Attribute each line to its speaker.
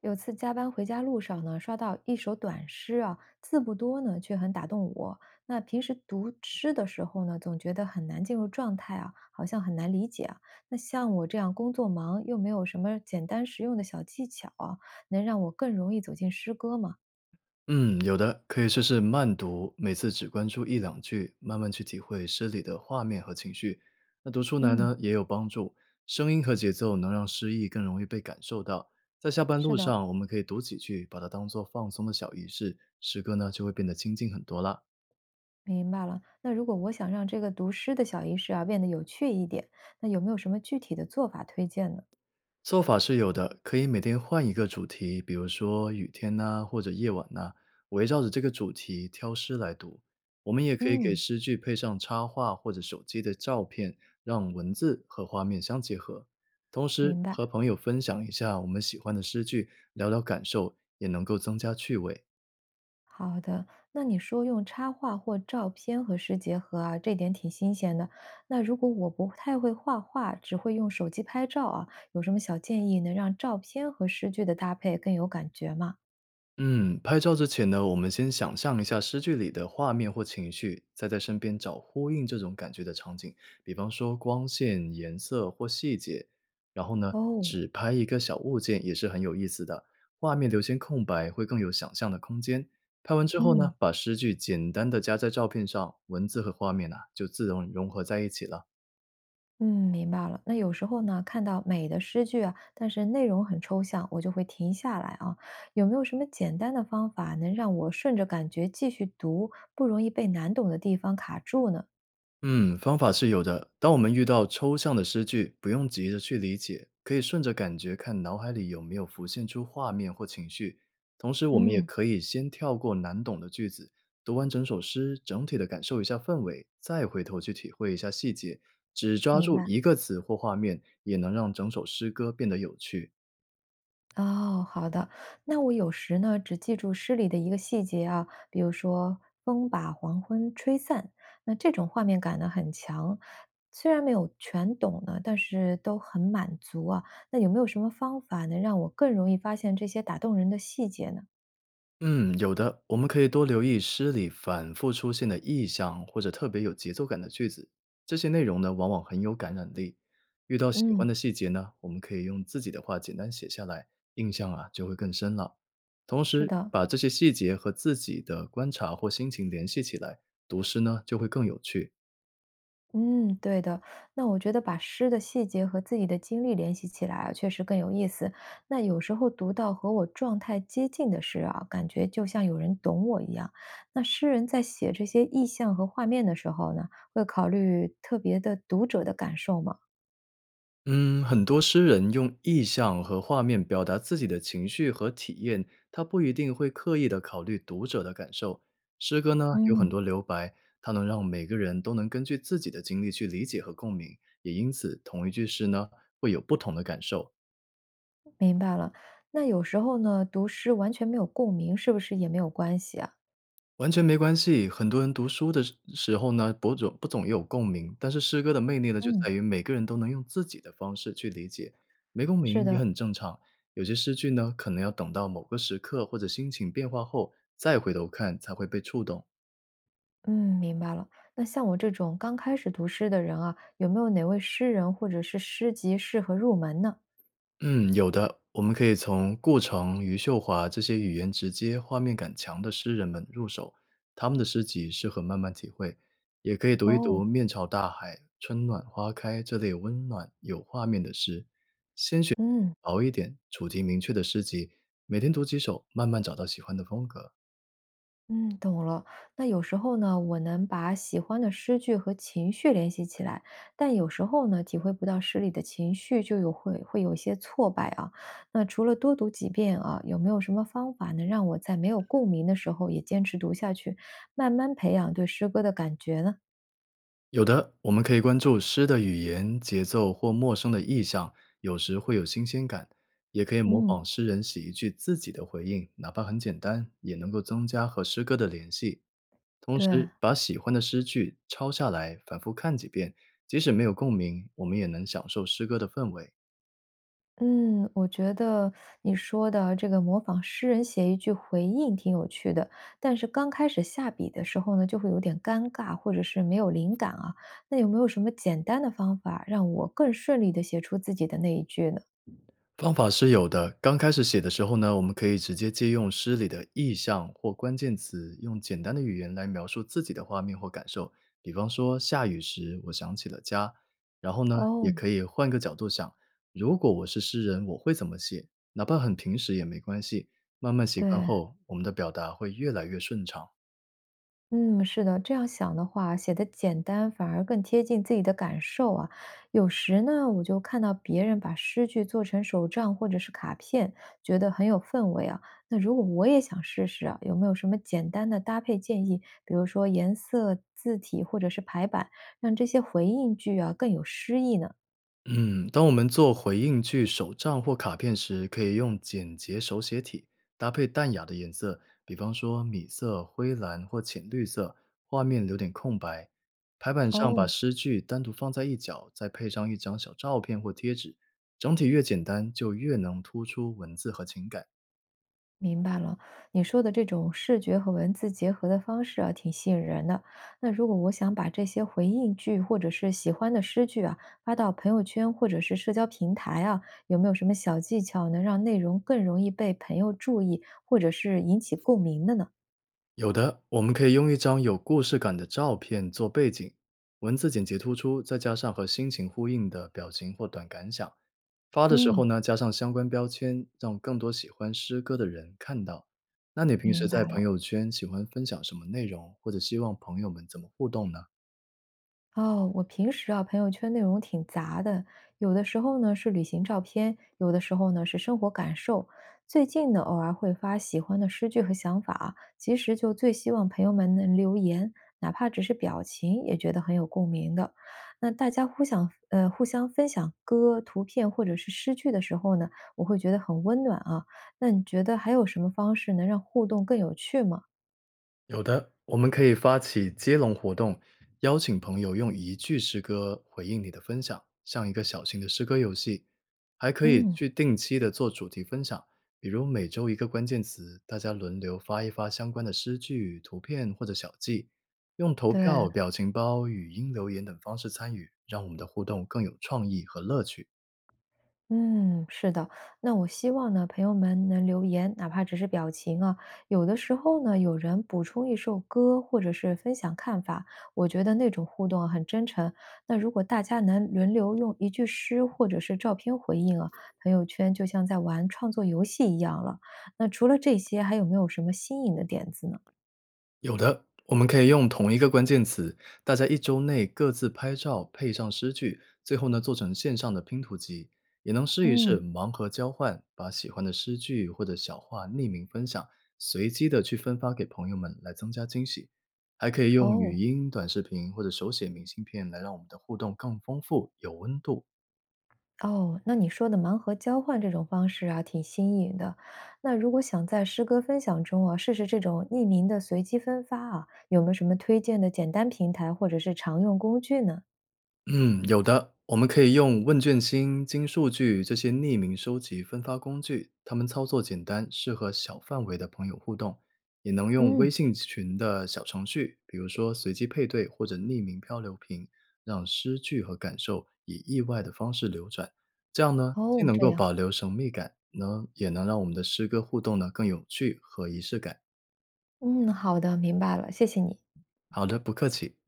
Speaker 1: 有次加班回家路上呢，刷到一首短诗啊，字不多呢，却很打动我。那平时读诗的时候呢，总觉得很难进入状态啊，好像很难理解啊。那像我这样工作忙又没有什么简单实用的小技巧啊，能让我更容易走进诗歌吗？
Speaker 2: 嗯，有的，可以试试慢读，每次只关注一两句，慢慢去体会诗里的画面和情绪。那读出来
Speaker 1: 嗯，
Speaker 2: 呢，也有帮助，声音和节奏能让诗意更容易被感受到。在下班
Speaker 1: 是
Speaker 2: 路
Speaker 1: 的，
Speaker 2: 上，我们可以读几句，把它当做放松的小仪式，诗歌呢就会变得亲近很多啦。
Speaker 1: 明白了。那如果我想让这个读诗的小仪式啊变得有趣一点，那有没有什么具体的做法推荐呢？
Speaker 2: 做法是有的，可以每天换一个主题，比如说雨天呐、或者夜晚呐、围绕着这个主题挑诗来读。我们也可以给
Speaker 1: 嗯，
Speaker 2: 诗句配上插画或者手机的照片，让文字和画面相结合。同时
Speaker 1: 明白。
Speaker 2: 和朋友分享一下我们喜欢的诗句，聊聊感受，也能够增加趣味。
Speaker 1: 好的，那你说用插画或照片和诗结合啊，这点挺新鲜的。那如果我不太会画画，只会用手机拍照啊，有什么小建议能让照片和诗句的搭配更有感觉吗？
Speaker 2: 嗯，拍照之前呢，我们先想象一下诗句里的画面或情绪，再在身边找呼应这种感觉的场景，比方说光线、颜色或细节。然后呢，
Speaker 1: 哦，
Speaker 2: 只拍一个小物件也是很有意思的，画面留些空白会更有想象的空间。拍完之后呢，
Speaker 1: 嗯
Speaker 2: 把诗句简单的加在照片上，文字和画面啊就自动融合在一起了。
Speaker 1: 嗯，明白了。那有时候呢，看到美的诗句啊，但是内容很抽象，我就会停下来啊。有没有什么简单的方法能让我顺着感觉继续读，不容易被难懂的地方卡住呢？
Speaker 2: 嗯，方法是有的。当我们遇到抽象的诗句，不用急着去理解，可以顺着感觉看脑海里有没有浮现出画面或情绪。同时，我们也
Speaker 1: 嗯，
Speaker 2: 可以先跳过难懂的句子，读完整首诗，整体的感受一下氛围，再回头去体会一下细节。只抓
Speaker 1: 明
Speaker 2: 住
Speaker 1: 白。
Speaker 2: 一个词或画面，也能让整首诗歌变得有趣。
Speaker 1: 哦，好的。那我有时呢，只记住诗里的一个细节啊，比如说“风把黄昏吹散”，那这种画面感呢很强。虽然没有全懂呢，但是都很满足啊。那有没有什么方法能让我更容易发现这些打动人的细节呢？
Speaker 2: 嗯，有的，我们可以多留意诗里反复出现的意象或者特别有节奏感的句子，这些内容呢往往很有感染力。遇到喜欢
Speaker 1: 嗯，
Speaker 2: 的细节呢，我们可以用自己的话简单写下来，印象啊就会更深了。同
Speaker 1: 是
Speaker 2: 时，
Speaker 1: 的。
Speaker 2: 把这些细节和自己的观察或心情联系起来，读诗呢就会更有趣。
Speaker 1: 嗯，对的。那我觉得把诗的细节和自己的经历联系起来啊，确实更有意思。那有时候读到和我状态接近的诗啊，感觉就像有人懂我一样。那诗人在写这些意象和画面的时候呢，会考虑特别的读者的感受吗？
Speaker 2: 嗯，很多诗人用意象和画面表达自己的情绪和体验，他不一定会刻意的考虑读者的感受。诗歌呢，有很
Speaker 1: 嗯，
Speaker 2: 多留白，它能让每个人都能根据自己的经历去理解和共鸣，也因此同一句诗呢，会有不同的感受。
Speaker 1: 明白了。那有时候呢，读诗完全没有共鸣，是不是也没有关系啊？
Speaker 2: 完全没关系，很多人读书的时候呢，不总有共鸣，但是诗歌的魅力呢，就在
Speaker 1: 嗯，
Speaker 2: 于每个人都能用自己的方式去理解，没共
Speaker 1: 是
Speaker 2: 鸣也
Speaker 1: 的。
Speaker 2: 很正常。有些诗句呢，可能要等到某个时刻或者心情变化后再回头看，才会被触动。
Speaker 1: 嗯，明白了。那像我这种刚开始读诗的人啊，有没有哪位诗人或者是诗集适合入门呢？
Speaker 2: 嗯，有的，我们可以从顾城、余秀华这些语言直接、画面感强的诗人们入手，他们的诗集适合慢慢体会。也可以读一读
Speaker 1: 哦，
Speaker 2: 《面朝大海》《春暖花开》这类温暖有画面的诗，
Speaker 1: 嗯
Speaker 2: 薄一点、主题明确的诗集，每天读几首，慢慢找到喜欢的风格。
Speaker 1: 嗯，懂了。那有时候呢，我能把喜欢的诗句和情绪联系起来，但有时候呢，体会不到诗里的情绪，就会有一些挫败啊。那除了多读几遍啊，有没有什么方法能让我在没有共鸣的时候也坚持读下去，慢慢培养对诗歌的感觉呢？
Speaker 2: 有的我们可以关注诗的语言、节奏或陌生的意象，有时会有新鲜感；也可以模
Speaker 1: 嗯，
Speaker 2: 仿诗人写一句自己的回应，哪怕很简单，也能够增加和诗歌的联系。同
Speaker 1: 对。
Speaker 2: 时，把喜欢的诗句抄下来，反复看几遍，即使没有共鸣，我们也能享受诗歌的氛围。
Speaker 1: 嗯，我觉得你说的这个模仿诗人写一句回应挺有趣的，但是刚开始下笔的时候呢，就会有点尴尬，或者是没有灵感啊。那有没有什么简单的方法让我更顺利的写出自己的那一句呢？
Speaker 2: 方法是有的。刚开始写的时候呢，我们可以直接借用诗里的意象或关键词，用简单的语言来描述自己的画面或感受。比方说，下雨时我想起了家，然后呢，也
Speaker 1: 哦，
Speaker 2: 可以换个角度想，如果我是诗人，我会怎么写？哪怕很平实也没关系。慢慢习惯
Speaker 1: 对。
Speaker 2: 后，我们的表达会越来越顺畅。
Speaker 1: 嗯，是的，这样想的话，写的简单反而更贴近自己的感受啊。有时呢，我就看到别人把诗句做成手账或者是卡片，觉得很有氛围啊。那如果我也想试试啊，有没有什么简单的搭配建议？比如说颜色、字体或者是排版，让这些回应句啊更有诗意呢？
Speaker 2: 嗯，当我们做回应句手账或卡片时，可以用简洁手写体搭配淡雅的颜色，比方说米色、灰蓝或浅绿色，画面留点空白。排版上把
Speaker 1: 哦，
Speaker 2: 诗句单独放在一角，再配上一张小照片或贴纸，整体越简单，就越能突出文字和情感。
Speaker 1: 明白了，你说的这种视觉和文字结合的方式啊，挺吸引人的。那如果我想把这些回应句或者是喜欢的诗句啊，发到朋友圈或者是社交平台啊，有没有什么小技巧能让内容更容易被朋友注意，或者是引起共鸣的呢？
Speaker 2: 有的，我们可以用一张有故事感的照片做背景，文字简洁突出，再加上和心情呼应的表情或短感想。发的时候
Speaker 1: 嗯，
Speaker 2: 呢，加上相关标签，让更多喜欢诗歌的人看到。那你平时
Speaker 1: 明
Speaker 2: 在
Speaker 1: 白
Speaker 2: 朋
Speaker 1: 了。
Speaker 2: 友圈喜欢分享什么内容，或者希望朋友们怎么互动呢？
Speaker 1: 哦，我平时啊，朋友圈内容挺杂的，有的时候呢是旅行照片，有的时候呢是生活感受。最近呢，偶尔会发喜欢的诗句和想法，其实就最希望朋友们能留言，哪怕只是表情，也觉得很有共鸣的。那大家互相互相分享歌、图片或者是诗句的时候呢，我会觉得很温暖啊。那你觉得还有什么方式能让互动更有趣吗？
Speaker 2: 有的，我们可以发起接龙活动，邀请朋友用一句诗歌回应你的分享，像一个小型的诗歌游戏。还可以
Speaker 1: 嗯，
Speaker 2: 去定期的做主题分享，比如每周一个关键词，大家轮流发一发相关的诗句、图片或者小记，用投
Speaker 1: 对，
Speaker 2: 票、表情包、语音留言等方式参与，让我们的互动更有创意和乐趣。
Speaker 1: 嗯，是的。那我希望呢，朋友们能留言，哪怕只是表情啊。有的时候呢，有人补充一首歌，或者是分享看法，我觉得那种互动啊很真诚。那如果大家能轮流用一句诗或者是照片回应啊，朋友圈就像在玩创作游戏一样了。那除了这些，还有没有什么新颖的点子呢？
Speaker 2: 有的，我们可以用同一个关键词，大家一周内各自拍照，配上诗句，最后呢做成线上的拼图集，也能试一试
Speaker 1: 嗯，
Speaker 2: 盲盒交换，把喜欢的诗句或者小话匿名分享，随机的去分发给朋友们来增加惊喜。还可以用语
Speaker 1: 哦。
Speaker 2: 音、短视频或者手写明信片来让我们的互动更丰富、有温度。
Speaker 1: 哦，那你说的盲盒交换这种方式啊，挺新颖的。那如果想在诗歌分享中啊，试试这种匿名的随机分发啊，有没有什么推荐的简单平台或者是常用工具呢？
Speaker 2: 嗯，有的，我们可以用问卷星、金数据这些匿名收集分发工具，它们操作简单，适合小范围的朋友互动，也能用微
Speaker 1: 嗯，
Speaker 2: 信群的小程序，比如说随机配对或者匿名漂流瓶，让诗句和感受以意外的方式流转。这样呢，既
Speaker 1: 哦，
Speaker 2: 能
Speaker 1: 这
Speaker 2: 够
Speaker 1: 样，
Speaker 2: 保留神秘感，呢也能让我们的诗歌互动呢更有趣和仪式感。
Speaker 1: 嗯，好的，明白了，谢谢你。
Speaker 2: 好的，不客气。